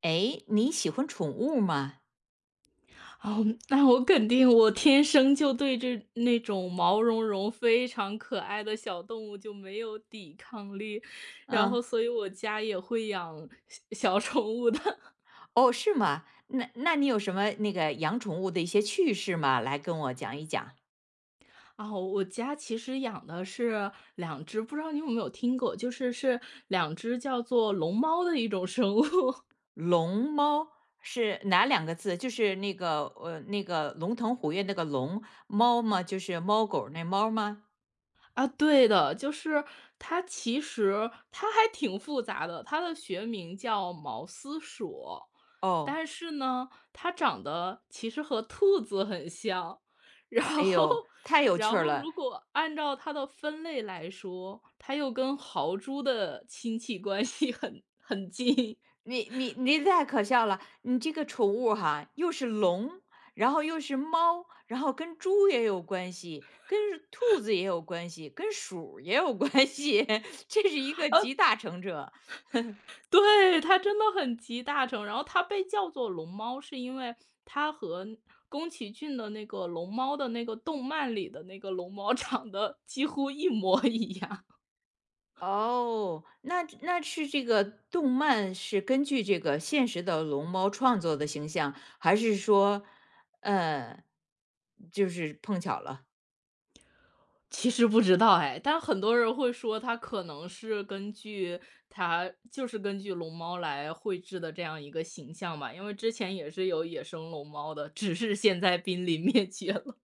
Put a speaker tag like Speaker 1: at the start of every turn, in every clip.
Speaker 1: 哎，你喜欢宠物吗？
Speaker 2: 哦，那我肯定我天生就对那种毛茸茸、非常可爱的小动物就没有抵抗力，然后
Speaker 1: 嗯，
Speaker 2: 所以我家也会养小小宠物的。
Speaker 1: 哦，是吗？那你有什么那个养宠物的一些趣事吗？来跟我讲一讲。
Speaker 2: 啊，我家其实养的是两只，不知道你有没有听过，就是两只叫做龙猫的一种生物。
Speaker 1: 龙猫是哪两个字？就是那个那个龙腾虎跃那个龙，猫吗？就是猫狗儿那猫吗？
Speaker 2: 啊，对的，就是它其实它还挺复杂的，它的学名叫毛丝鼠，
Speaker 1: 哦，
Speaker 2: 但是呢，它长得其实和兔子很像，然
Speaker 1: 哎
Speaker 2: 后
Speaker 1: 呦，太有趣
Speaker 2: 然
Speaker 1: 儿
Speaker 2: 后
Speaker 1: 了。
Speaker 2: 如果按照它的分类来说，它又跟豪猪的亲戚关系很近。
Speaker 1: 你太可笑了！你这个宠物哈，又是龙，然后又是猫，然后跟猪也有关系，跟兔子也有关系，跟鼠也有关系，这是一个集大成者。
Speaker 2: 对，它真的很集大成。然后它被叫做龙猫，是因为它和宫崎骏的那个龙猫的那个动漫里的那个龙猫长得几乎一模一样。
Speaker 1: 哦，那是这个动漫是根据这个现实的龙猫创作的形象，还是说，呃，就是碰巧了？
Speaker 2: 其实不知道哎，但很多人会说它就是根据龙猫来绘制的这样一个形象吧，因为之前也是有野生龙猫的，只是现在濒临灭绝了。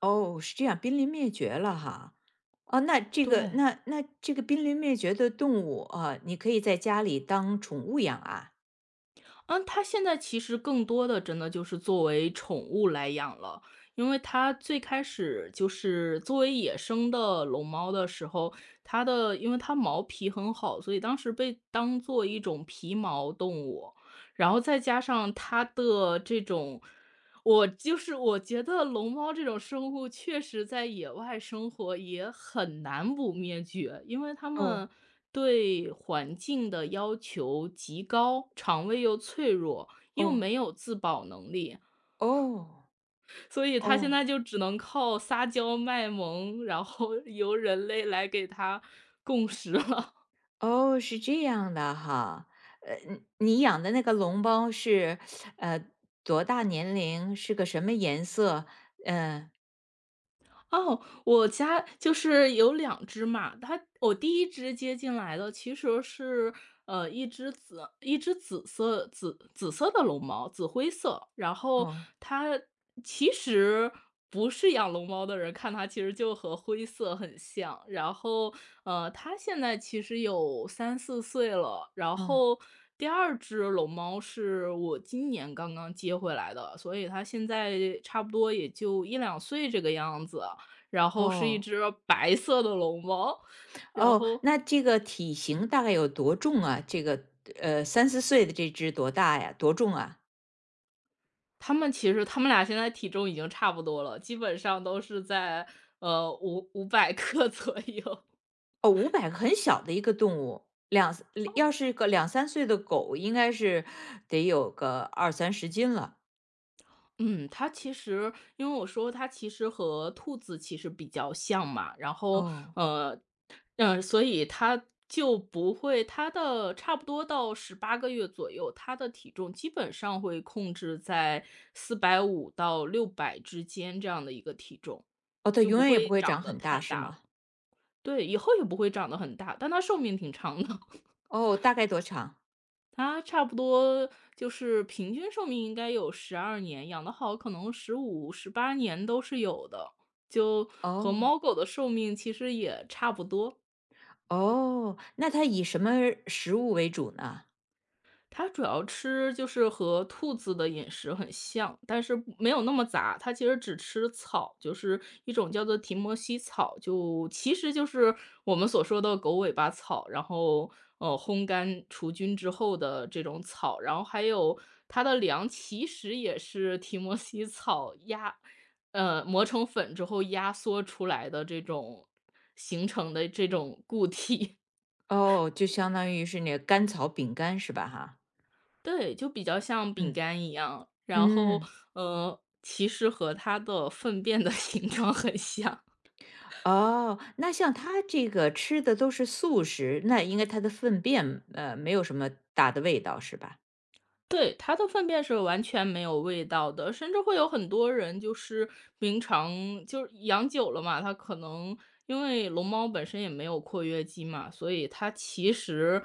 Speaker 1: 哦，是这样，濒临灭绝了哈。哦，那这个
Speaker 2: 对。
Speaker 1: 那那这个濒临灭绝的动物啊，你可以在家里当宠物养啊。
Speaker 2: 嗯，它现在其实更多的真的就是作为宠物来养了，因为它最开始就是作为野生的龙猫的时候，因为它毛皮很好，所以当时被当做一种皮毛动物，然后再加上它的这种。我就是我觉得龙猫这种生物确实在野外生活也很难不灭绝，因为它
Speaker 1: 哦
Speaker 2: 们对环境的要求极高，肠胃又脆弱，又
Speaker 1: 哦
Speaker 2: 没有自保能力，
Speaker 1: 哦
Speaker 2: 所以它现
Speaker 1: 哦，
Speaker 2: 在就只能靠撒娇卖萌，然后 由人类来给它供食了。
Speaker 1: 哦，是这样的哈。你养的那个龙猫是呃多大年龄？是个什么颜色？嗯、
Speaker 2: 哦，我家就是有两只嘛，我第一只接进来的其实是，一只紫色的龙猫，紫灰色。然
Speaker 1: 哦
Speaker 2: 后它其实不是养龙猫的人看它其实就和灰色很像。然后，它现在其实有三四岁了。然
Speaker 1: 哦
Speaker 2: 后第二只龙猫是我今年刚刚接回来的，所以它现在差不多也就一两岁这个样子。然后是一
Speaker 1: 哦，
Speaker 2: 只白色的龙猫，然
Speaker 1: 哦，
Speaker 2: 后
Speaker 1: 那这个体型大概有多重啊？这个三四岁的这只多大呀？多重啊？
Speaker 2: 它们俩现在体重已经差不多了，基本上都是在呃五五百克 左右。
Speaker 1: 哦500个很小的一个动物，要是个两三岁的狗，应该是得有个二三十斤了。
Speaker 2: 嗯，它其实因为我说它其实和兔子其实比较像嘛，然后
Speaker 1: 哦，
Speaker 2: 呃，所以它就不会它的差不多到18个月左右，它的体重基本上会控制在450到600之间这样的一个体重，
Speaker 1: 哦，它
Speaker 2: 就
Speaker 1: 永
Speaker 2: 不
Speaker 1: 远也不
Speaker 2: 会
Speaker 1: 会长
Speaker 2: 长得
Speaker 1: 很
Speaker 2: 太
Speaker 1: 大是
Speaker 2: 大了。
Speaker 1: 吗？
Speaker 2: 对，以后也不会长得很大，但它寿命挺长的。
Speaker 1: 哦，大概多长？
Speaker 2: 它差不多就是平均寿命应该有12年，养得好可能15、18年都是有的，就和
Speaker 1: 哦，
Speaker 2: 猫狗的寿命其实也差不多。
Speaker 1: 哦，那它以什么食物为主呢？
Speaker 2: 它主要吃就是和兔子的饮食很像，但是不没有那么杂。它其实只吃草，就是一种叫做提摩西草，就其实就是我们所说的狗尾巴草，然后烘干除菌之后的这种草，然后还有它的粮其实也是提摩西草磨成粉之后压缩出来的这种形成的这种固体。
Speaker 1: 哦，就相当于是那个甘草饼干是吧哈？
Speaker 2: 对，就比较像饼
Speaker 1: 嗯，
Speaker 2: 干一样，然后，
Speaker 1: 嗯，
Speaker 2: 其实和它的粪便的 形状很像。
Speaker 1: 哦，那像它这个吃的都是素食，那应该它的粪便，没有什么大的味道是吧？
Speaker 2: 对，它的粪便是完全没有味道的，甚至会有很多人就是平常就是养久了嘛，它可能因为龙猫本身也没有括约肌嘛，所以它其实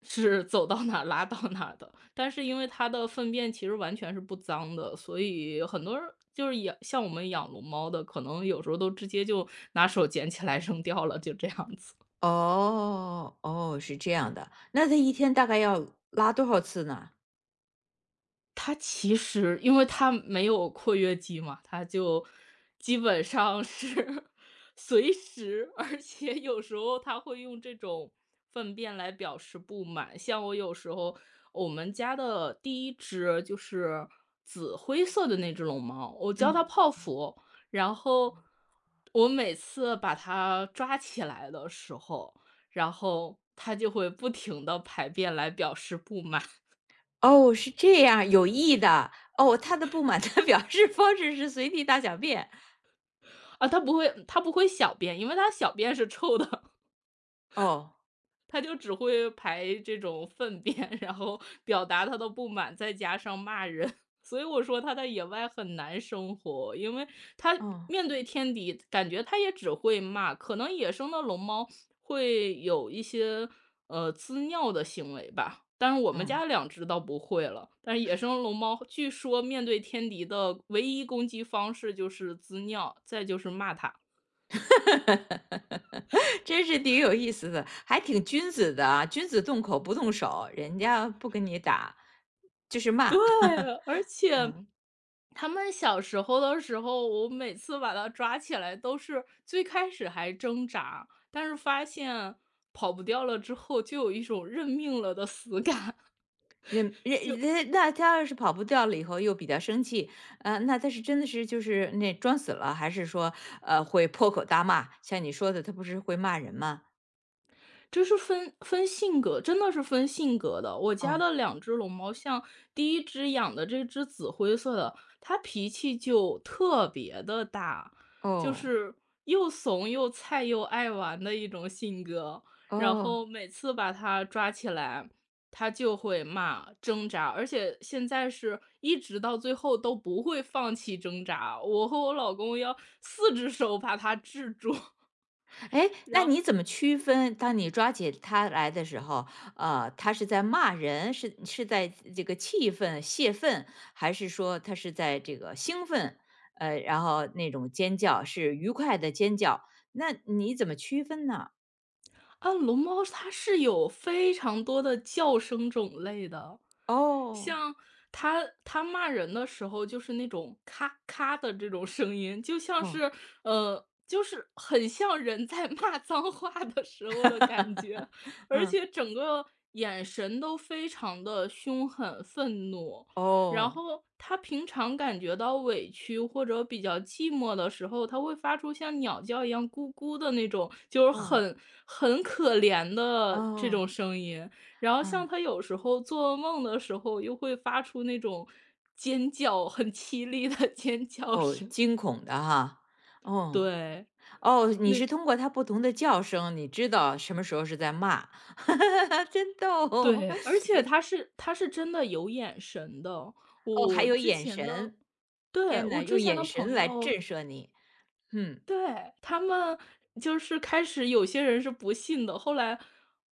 Speaker 2: 是走到哪儿拉到哪儿的。但是因为它的粪便其实完全是不脏的，所以很多人就是养像我们养龙猫的，可能有时候都直接就拿手捡起来扔掉了，就这样子。
Speaker 1: 哦，哦，是这样的，那他一天大概要拉多少次呢？
Speaker 2: 它其实因为它没有括约肌嘛，它就基本上是 随时，而且有时候它会用这种粪便来表示不满。像我有时候，我们家的第一只就是紫灰色的那只龙猫，我叫它
Speaker 1: 嗯。
Speaker 2: 泡芙，然后我每次把它抓起来的时候，然后它就会不停的排便来表示不满。
Speaker 1: 哦，是这样，有意的。哦，他的不满的 表示方式是随地大小便。
Speaker 2: 啊，它不会小便，因为它小便是臭的，
Speaker 1: 哦，
Speaker 2: 它就只会排这种粪便，然后表达它的不满，再加上骂人。所以我说它在野外很难生活，因为它
Speaker 1: 哦，
Speaker 2: 面对天敌，感觉它也只会骂。可能野生的龙猫会有一些，滋尿的行为吧，但是我们
Speaker 1: 嗯，
Speaker 2: 家两只倒不会了。但是野生龙猫据说面对天敌的唯一攻击方式就是滋尿，再就是骂它。
Speaker 1: 真是挺有意思的，还挺君子的啊，君子动口不动手，人家不跟你打，就是
Speaker 2: 对，
Speaker 1: 骂。
Speaker 2: 而且
Speaker 1: 嗯。
Speaker 2: 他们小时候的时候，我每次把它抓起来都是最开始还挣扎，但是发现跑不掉了之后，就有一种认命了的死感。
Speaker 1: 人 人
Speaker 2: 就
Speaker 1: 人那他要是跑不掉了以后又比较生气，啊，那他是真的是就是那装死了，还是说，会破口大骂？像你说的，他不是会骂人吗？
Speaker 2: 这是分性格，真的是分性格的。我家
Speaker 1: 哦，
Speaker 2: 的两只龙猫，像第一只养的这只紫灰色的，它脾气就特别的大，就
Speaker 1: 哦，
Speaker 2: 是又怂又菜又爱玩的一种性格。然
Speaker 1: 哦，
Speaker 2: 后每次把它抓起来，它就会骂、挣扎，而且现在是一直到最后都不会放弃挣扎。我和我老公要四只手把它制住。
Speaker 1: 哎，那
Speaker 2: 然后
Speaker 1: 你怎么区分，当你抓起他来的时候，他是在骂人，是在这个气愤、泄愤，还是说他是在这个兴奋，然后那种尖叫是愉快的尖叫，那你怎么区分呢？
Speaker 2: 龙猫它是有非常多的叫声种类的，
Speaker 1: 哦，
Speaker 2: 像他骂人的时候，就是那种咔咔的这种声音，就像
Speaker 1: 哦。
Speaker 2: 是就是很像人在 骂脏话的时候的感觉，而
Speaker 1: 嗯，
Speaker 2: 且整个眼神都非常的凶狠、愤怒。然
Speaker 1: 哦。
Speaker 2: 后他平常感觉到委屈或者比较寂寞的时候，他会发出像鸟叫一样咕咕的那种，就是
Speaker 1: 哦，
Speaker 2: 很可怜的这
Speaker 1: 哦，
Speaker 2: 种声音。然后像
Speaker 1: 嗯。
Speaker 2: 他有时候做梦的时候，又会发出那种尖叫，很凄厉的 尖叫
Speaker 1: 哦，
Speaker 2: 声。
Speaker 1: 惊恐的哈。哦，
Speaker 2: 对，
Speaker 1: 哦，你
Speaker 2: 那
Speaker 1: 是通过它不同的叫声，你知道什么时候是在骂，哈哈哈哈真逗哦。
Speaker 2: 对，而且他是真的有眼神的。
Speaker 1: 哦，还
Speaker 2: 我
Speaker 1: 有
Speaker 2: 之
Speaker 1: 眼
Speaker 2: 前的
Speaker 1: 神。
Speaker 2: 对，
Speaker 1: 天呐，
Speaker 2: 我之
Speaker 1: 用
Speaker 2: 前
Speaker 1: 眼
Speaker 2: 的
Speaker 1: 神
Speaker 2: 朋
Speaker 1: 来
Speaker 2: 友
Speaker 1: 震慑你。嗯。
Speaker 2: 对，他们就是开始有些人是不信的，后来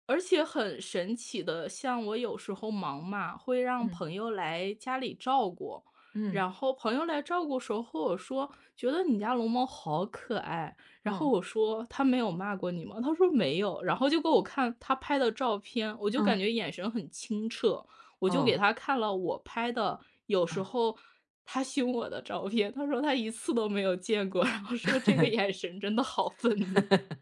Speaker 2: 而且很神奇的，像我有时候忙嘛，会让
Speaker 1: 嗯，
Speaker 2: 朋友来家里照顾，
Speaker 1: 嗯，
Speaker 2: 然后朋友来照顾时候和我说：“觉得你家龙猫好可爱。”然后
Speaker 1: 嗯，
Speaker 2: 我说：“他没有骂过你吗？”他说：“没有。”然后就给我看他拍的照片，我就感
Speaker 1: 嗯，
Speaker 2: 觉眼神很清澈。我就给
Speaker 1: 哦。
Speaker 2: 他看了我拍的，有时
Speaker 1: 哦
Speaker 2: 候他凶我的照片，他说他一次都没有见过，然后说这个眼神真的好愤怒。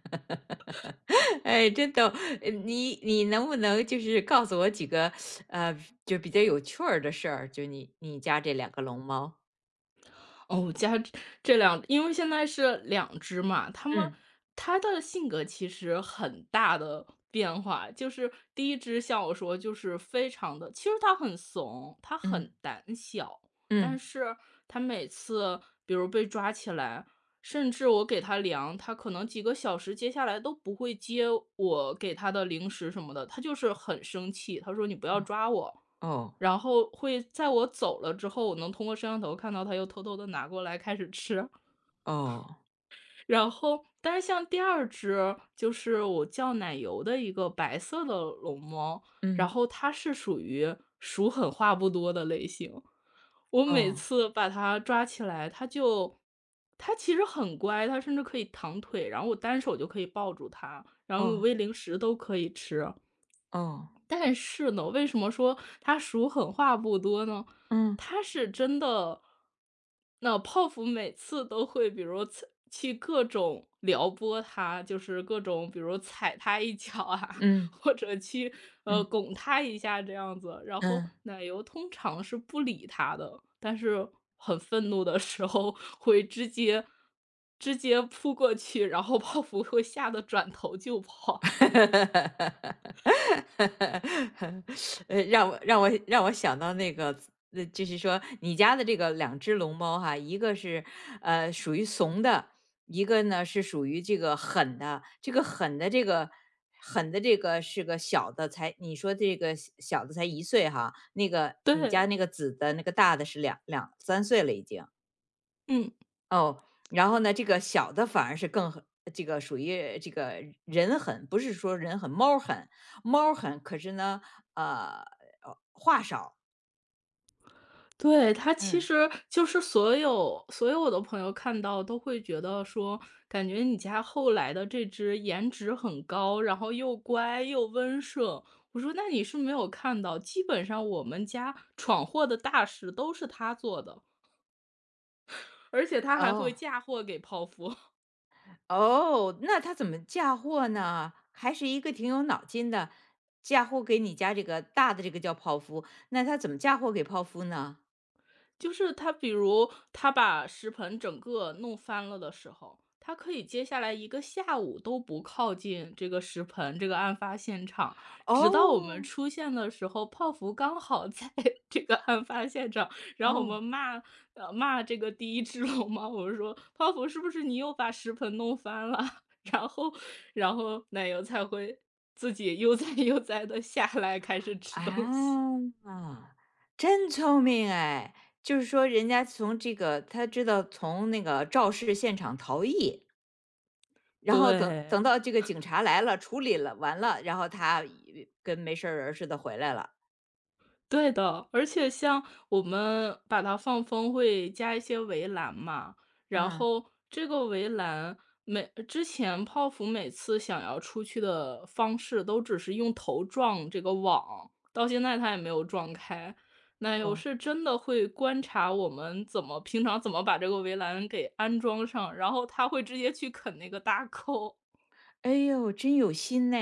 Speaker 1: 哎，真逗。你能不能就是告诉我几个，呃，就比较有趣儿的事儿，就你家这两个龙猫？
Speaker 2: 哦，家这这两因为现在是两只嘛，它们
Speaker 1: 嗯。
Speaker 2: 它的性格其实很大的变化。就是第一只像我说就是非常的，其实它很怂，它
Speaker 1: 嗯。
Speaker 2: 很胆小，但
Speaker 1: 嗯，
Speaker 2: 是它每次比如被抓起来，甚至我给它粮，它可能几个小时接下来都不会接我给它的零食什么的，它就是很生气，它说：“你不要抓我。”
Speaker 1: 哦，哦，
Speaker 2: 然后会在我走了之后，我能通过摄像头看到它又偷偷的拿过来开始吃。
Speaker 1: 哦
Speaker 2: 然后但是像第二只，就是我叫奶油的一个白色的龙猫，然
Speaker 1: 嗯，
Speaker 2: 后它是属于狠话不多的类型。我每
Speaker 1: 哦，
Speaker 2: 次把它抓起来，它其实很乖，它甚至可以躺腿，然后我单手就可以抱住它，然后
Speaker 1: 哦，
Speaker 2: 喂零食都可以吃。
Speaker 1: 哦，
Speaker 2: 但是呢，为什么说他数狠话不多呢？
Speaker 1: 嗯，
Speaker 2: 他是真的，那泡芙每次都会，比如踩去各种撩拨他，就是各种比如踩他一脚啊，
Speaker 1: 嗯，
Speaker 2: 或者去
Speaker 1: 嗯，
Speaker 2: 拱他一下这样子。然后
Speaker 1: 嗯。
Speaker 2: 奶油通常是不理他的，但是很愤怒的时候会直接扑过去，然后泡芙会吓得转头就跑。
Speaker 1: 让我想到那个，就是说你家的这个两只龙猫哈，一个是属于怂的，一个呢是属于这个狠的。这个狠的这个是个小的才，你说这个小小的才1岁哈，那个 你
Speaker 2: 对，
Speaker 1: 家那个紫的那个大的是两三岁了已经。
Speaker 2: 嗯。
Speaker 1: 哦，然后呢，这个小的反而是更狠这个属于这个人狠，不是说人狠，猫儿狠，猫儿狠。可是呢，呃，
Speaker 2: 对，他其
Speaker 1: 嗯，
Speaker 2: 实就是所有我的朋友看到都会觉得说，感觉你家后来的这只颜值很高，然后又乖又温顺。我说：“那你是没有看到，基本上我们家闯祸的大事都是他做的，而且他还会
Speaker 1: 哦
Speaker 2: 嫁祸给泡芙。”
Speaker 1: 哦，那他怎么嫁祸呢？还是一个挺有脑筋的，嫁祸给你家这个大的这个叫泡芙，那他怎么嫁祸给泡芙呢？
Speaker 2: 就是他比如他把食盆整个弄翻了的时候，他可以接下来一个下午都不靠近这个食盆这个案发现场，直到我们
Speaker 1: 哦
Speaker 2: 出现的时候，泡芙刚好在 这个案发现场，然后我
Speaker 1: 哦
Speaker 2: 们骂这个第一只龙猫，我们说泡芙是不是你又把食盆弄翻了？然后然后奶油才会自己悠哉悠哉的下来开始吃东西。
Speaker 1: 啊，真聪明哎！就是说，人家从这个他知道从那个肇事现场逃逸，然后等等
Speaker 2: 对。
Speaker 1: 到这个警察来了，处理了完了，然后他一跟没事儿人儿似的回来了。
Speaker 2: 对的，而且像我们把它放风会加一些围栏嘛，然
Speaker 1: 嗯，
Speaker 2: 后这个围栏之前泡芙每次想要出去的方式都只是用头撞这个网，到现在它也没有撞开。奶油
Speaker 1: 哦，
Speaker 2: 是真的会观察我们平常怎么把这个围栏给安装上，然后它会直接去啃那个大扣。
Speaker 1: 哎呦，真有心呢，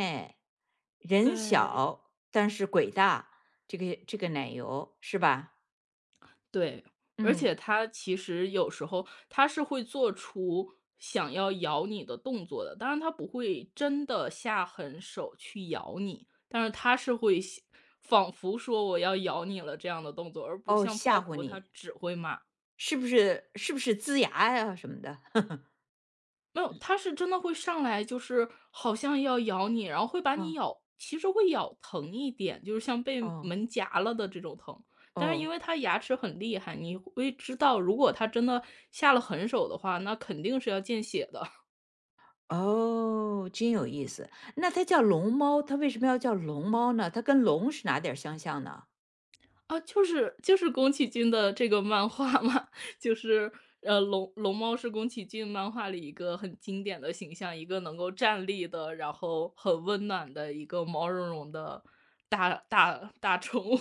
Speaker 1: 人
Speaker 2: 对。
Speaker 1: 小但是鬼大，这个奶油是吧？
Speaker 2: 对，而
Speaker 1: 嗯，
Speaker 2: 且它其实有时候它是会做出想要咬你的动作的，当然它不会真的下狠手去咬你，但是它是会想仿佛说我要咬你了这样的动作，而不
Speaker 1: 哦，
Speaker 2: 像
Speaker 1: 吓
Speaker 2: 泡
Speaker 1: 唬
Speaker 2: 芙它
Speaker 1: 你，
Speaker 2: 只会骂。
Speaker 1: 是不是？是不是龇牙呀、什么的？
Speaker 2: 没有，它是真的会上来，就是好像要咬你，然后会把你
Speaker 1: 哦，
Speaker 2: 咬其实会咬疼一点，就是像被
Speaker 1: 哦，
Speaker 2: 门夹了的这种疼。但是因
Speaker 1: 哦，
Speaker 2: 为它牙齿很厉害，你会知道，如果它真的下了狠手的话，那肯定是要见血的。
Speaker 1: 哦，真有意思。那它叫龙猫，它为什么要叫龙猫呢？它跟龙是哪点儿相像呢？
Speaker 2: 啊，就是宫崎骏的这个漫画嘛，就是龙猫是宫崎骏漫画里一个很经典的形象，一个能够站立的，然后很温暖的一个毛茸茸的大大宠物。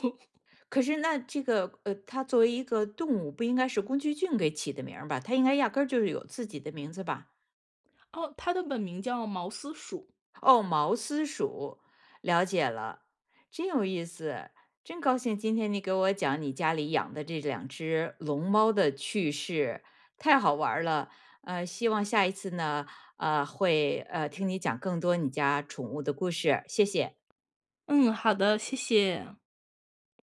Speaker 1: 可是那这个，它作为一个动物，不应该是宫崎骏给起的名儿吧？它应该压根儿就是有自己的名字吧？
Speaker 2: 哦，它的本名叫毛丝鼠。
Speaker 1: 哦，毛丝鼠，了解了，真有意思，真高兴今天你给我讲你家里养的这两只龙猫的趣事，太好玩儿了。希望下一次呢，会听你讲更多你家宠物的故事，谢谢。
Speaker 2: 嗯，好的，谢谢。